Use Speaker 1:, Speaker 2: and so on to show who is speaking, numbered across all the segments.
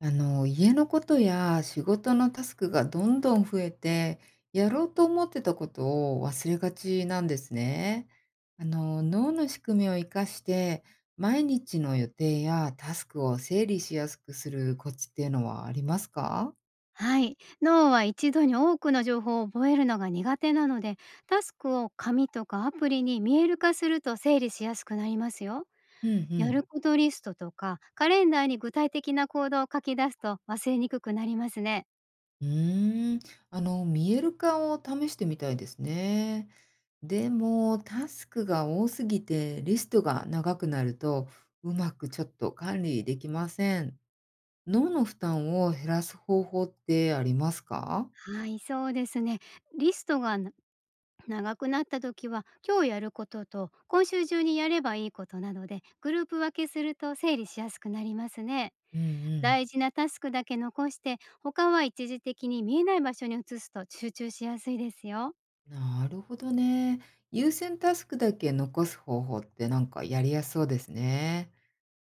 Speaker 1: 家のことや仕事のタスクがどんどん増えて、やろうと思ってたことを忘れがちなんですね。脳の仕組みを活かして、毎日の予定やタスクを整理しやすくするコツっていうのはありますか？
Speaker 2: はい。脳は一度に多くの情報を覚えるのが苦手なので、タスクを紙とかアプリに見える化すると整理しやすくなりますよ。
Speaker 1: うんう
Speaker 2: や
Speaker 1: ん。
Speaker 2: ることリストとかカレンダーに具体的な行動を書き出すと忘れにくくなりますね。
Speaker 1: うーん。見える化を試してみたいですね。でも、タスクが多すぎて、リストが長くなると、うまくちょっと管理できません。脳の負担を減らす方法ってありますか？
Speaker 2: はい、そうですね。リストが長くなった時は、今日やることと今週中にやればいいことなどでグループ分けすると整理しやすくなりますね。
Speaker 1: うんうん。
Speaker 2: 大事なタスクだけ残して、他は一時的に見えない場所に移すと集中しやすいですよ。
Speaker 1: なるほどね。優先タスクだけ残す方法ってなんかやりやすそうですね。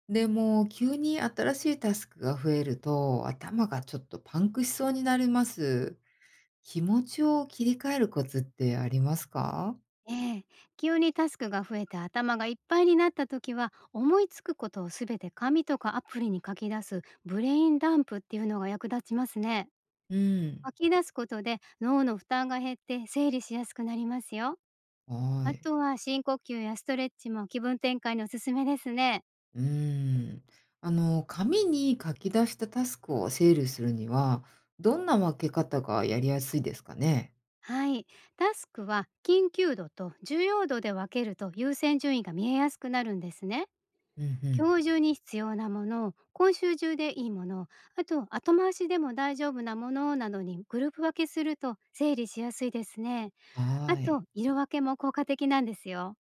Speaker 1: でも急に新しいタスクが増えると頭がちょっとパンクしそうになります。気持ちを切り替えるコツってありますか？
Speaker 2: ええ、急にタスクが増えて頭がいっぱいになった時は、思いつくことをすべて紙とかアプリに書き出すブレインダンプっていうのが役立ちますね。
Speaker 1: うん。
Speaker 2: 書き出すことで脳の負担が減って整理しやすくなりますよ。
Speaker 1: は
Speaker 2: あ
Speaker 1: い。
Speaker 2: とは深呼吸やストレッチも気分転換におすすめですね。
Speaker 1: うーん。紙に書き出したタスクを整理するには、どんな分け方がやりやすいですかね？
Speaker 2: はい。タスクは緊急度と重要度で分けると、優先順位が見えやすくなるんですね。
Speaker 1: うんうん。
Speaker 2: 今日中に必要なもの、今週中でいいもの、あと後回しでも大丈夫なものなどにグループ分けすると整理しやすいですね。あ
Speaker 1: はい。
Speaker 2: と、色分けも効果的なんですよ。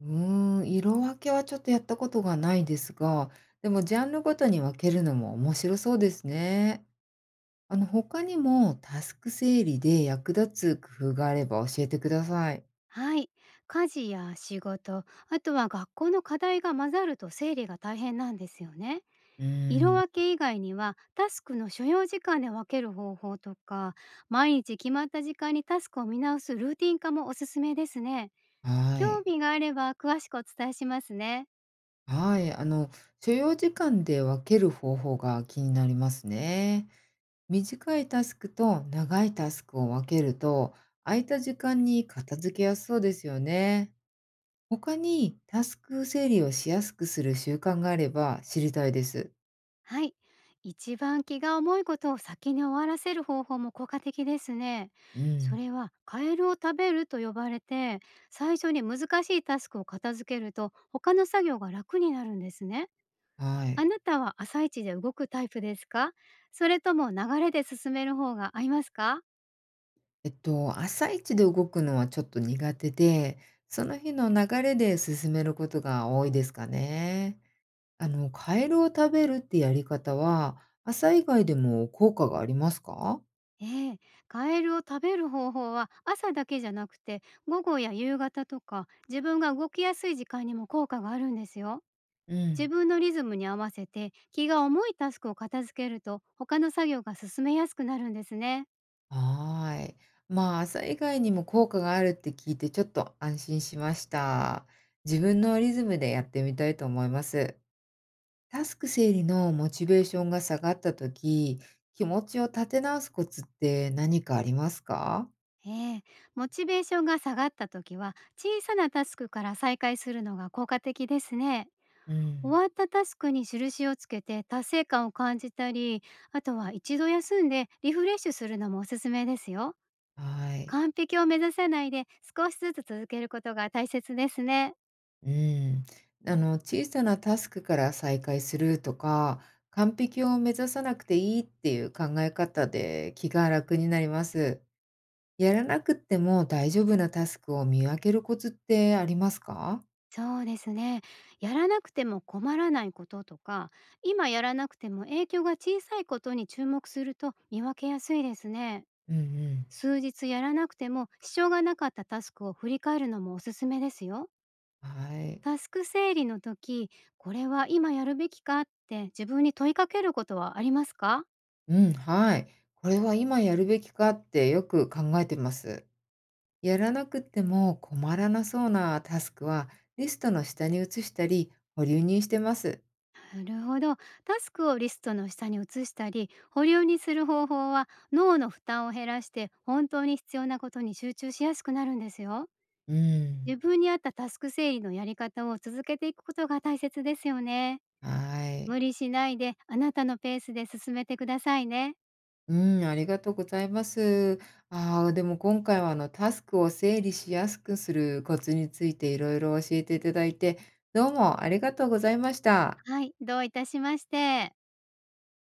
Speaker 1: うーん、色分けはちょっとやったことがないですが、でもジャンルごとに分けるのも面白そうですね。他にもタスク整理で役立つ工夫があれば教えてください。
Speaker 2: はい。家事や仕事、あとは学校の課題が混ざると整理が大変なんですよね。
Speaker 1: うー
Speaker 2: 色
Speaker 1: ん、
Speaker 2: 分け以外には、タスクの所要時間で分ける方法とか、毎日決まった時間にタスクを見直すルーティン化もおすすめですね。
Speaker 1: は
Speaker 2: 興
Speaker 1: い。
Speaker 2: 味があれば詳しくお伝えしますね。
Speaker 1: はい。あの、所要時間で分ける方法が気になりますね。短いタスクと長いタスクを分けると、空いた時間に片付けやすそうですよね。他にタスク整理をしやすくする習慣があれば知りたいです。
Speaker 2: はい。一番気が重いことを先に終わらせる方法も効果的ですね。
Speaker 1: う
Speaker 2: そ
Speaker 1: ん。
Speaker 2: れはカエルを食べると呼ばれて、最初に難しいタスクを片付けると他の作業が楽になるんですね。
Speaker 1: はい。
Speaker 2: あなたは朝一で動くタイプですか？それとも流れで進める方が合いますか？
Speaker 1: 朝一で動くのはちょっと苦手で、その日の流れで進めることが多いですかね。カエルを食べるってやり方は、朝以外でも効果がありますか？
Speaker 2: ええ、カエルを食べる方法は朝だけじゃなくて、午後や夕方とか自分が動きやすい時間にも効果があるんですよ。
Speaker 1: う
Speaker 2: 自
Speaker 1: ん。
Speaker 2: 分のリズムに合わせて気が重いタスクを片付けると、他の作業が進めやすくなるんですね。
Speaker 1: はーい。まあ、朝以外にも効果があるって聞いてちょっと安心しました。自分のリズムでやってみたいと思います。タスク整理のモチベーションが下がった時、気持ちを立て直すコツって何かありますか？
Speaker 2: ええ、モチベーションが下がった時は、小さなタスクから再開するのが効果的ですね。
Speaker 1: う
Speaker 2: 終
Speaker 1: ん。
Speaker 2: わったタスクに印をつけて達成感を感じたり、あとは一度休んでリフレッシュするのもおすすめですよ。
Speaker 1: はい。
Speaker 2: 完璧を目指さないで、少しずつ続けることが大切ですね。
Speaker 1: うん。小さなタスクから再開するとか、完璧を目指さなくていいっていう考え方で気が楽になります。やらなくっても大丈夫なタスクを見分けるコツってありますか？
Speaker 2: そうですね。やらなくても困らないこととか、今やらなくても影響が小さいことに注目すると見分けやすいですね。
Speaker 1: うんうん。
Speaker 2: 数日やらなくても支障がなかったタスクを振り返るのもおすすめですよ。
Speaker 1: はい。
Speaker 2: タスク整理の時、これは今やるべきかって自分に問いかけることはありますか？
Speaker 1: うん、はい。これは今やるべきかってよく考えてます。やらなくても困らなそうなタスクはリストの下に移したり保留にしてます。
Speaker 2: なるほど。タスクをリストの下に移したり、保留にする方法は脳の負担を減らして本当に必要なことに集中しやすくなるんですよ。
Speaker 1: うん。
Speaker 2: 自分に合ったタスク整理のやり方を続けていくことが大切ですよね。
Speaker 1: はい。
Speaker 2: 無理しないであなたのペースで進めてくださいね。
Speaker 1: うん、ありがとうございます。ああ、でも今回はあのタスクを整理しやすくするコツについていろいろ教えていただいて、どうもありがとうございました。
Speaker 2: はい、どういたしまして。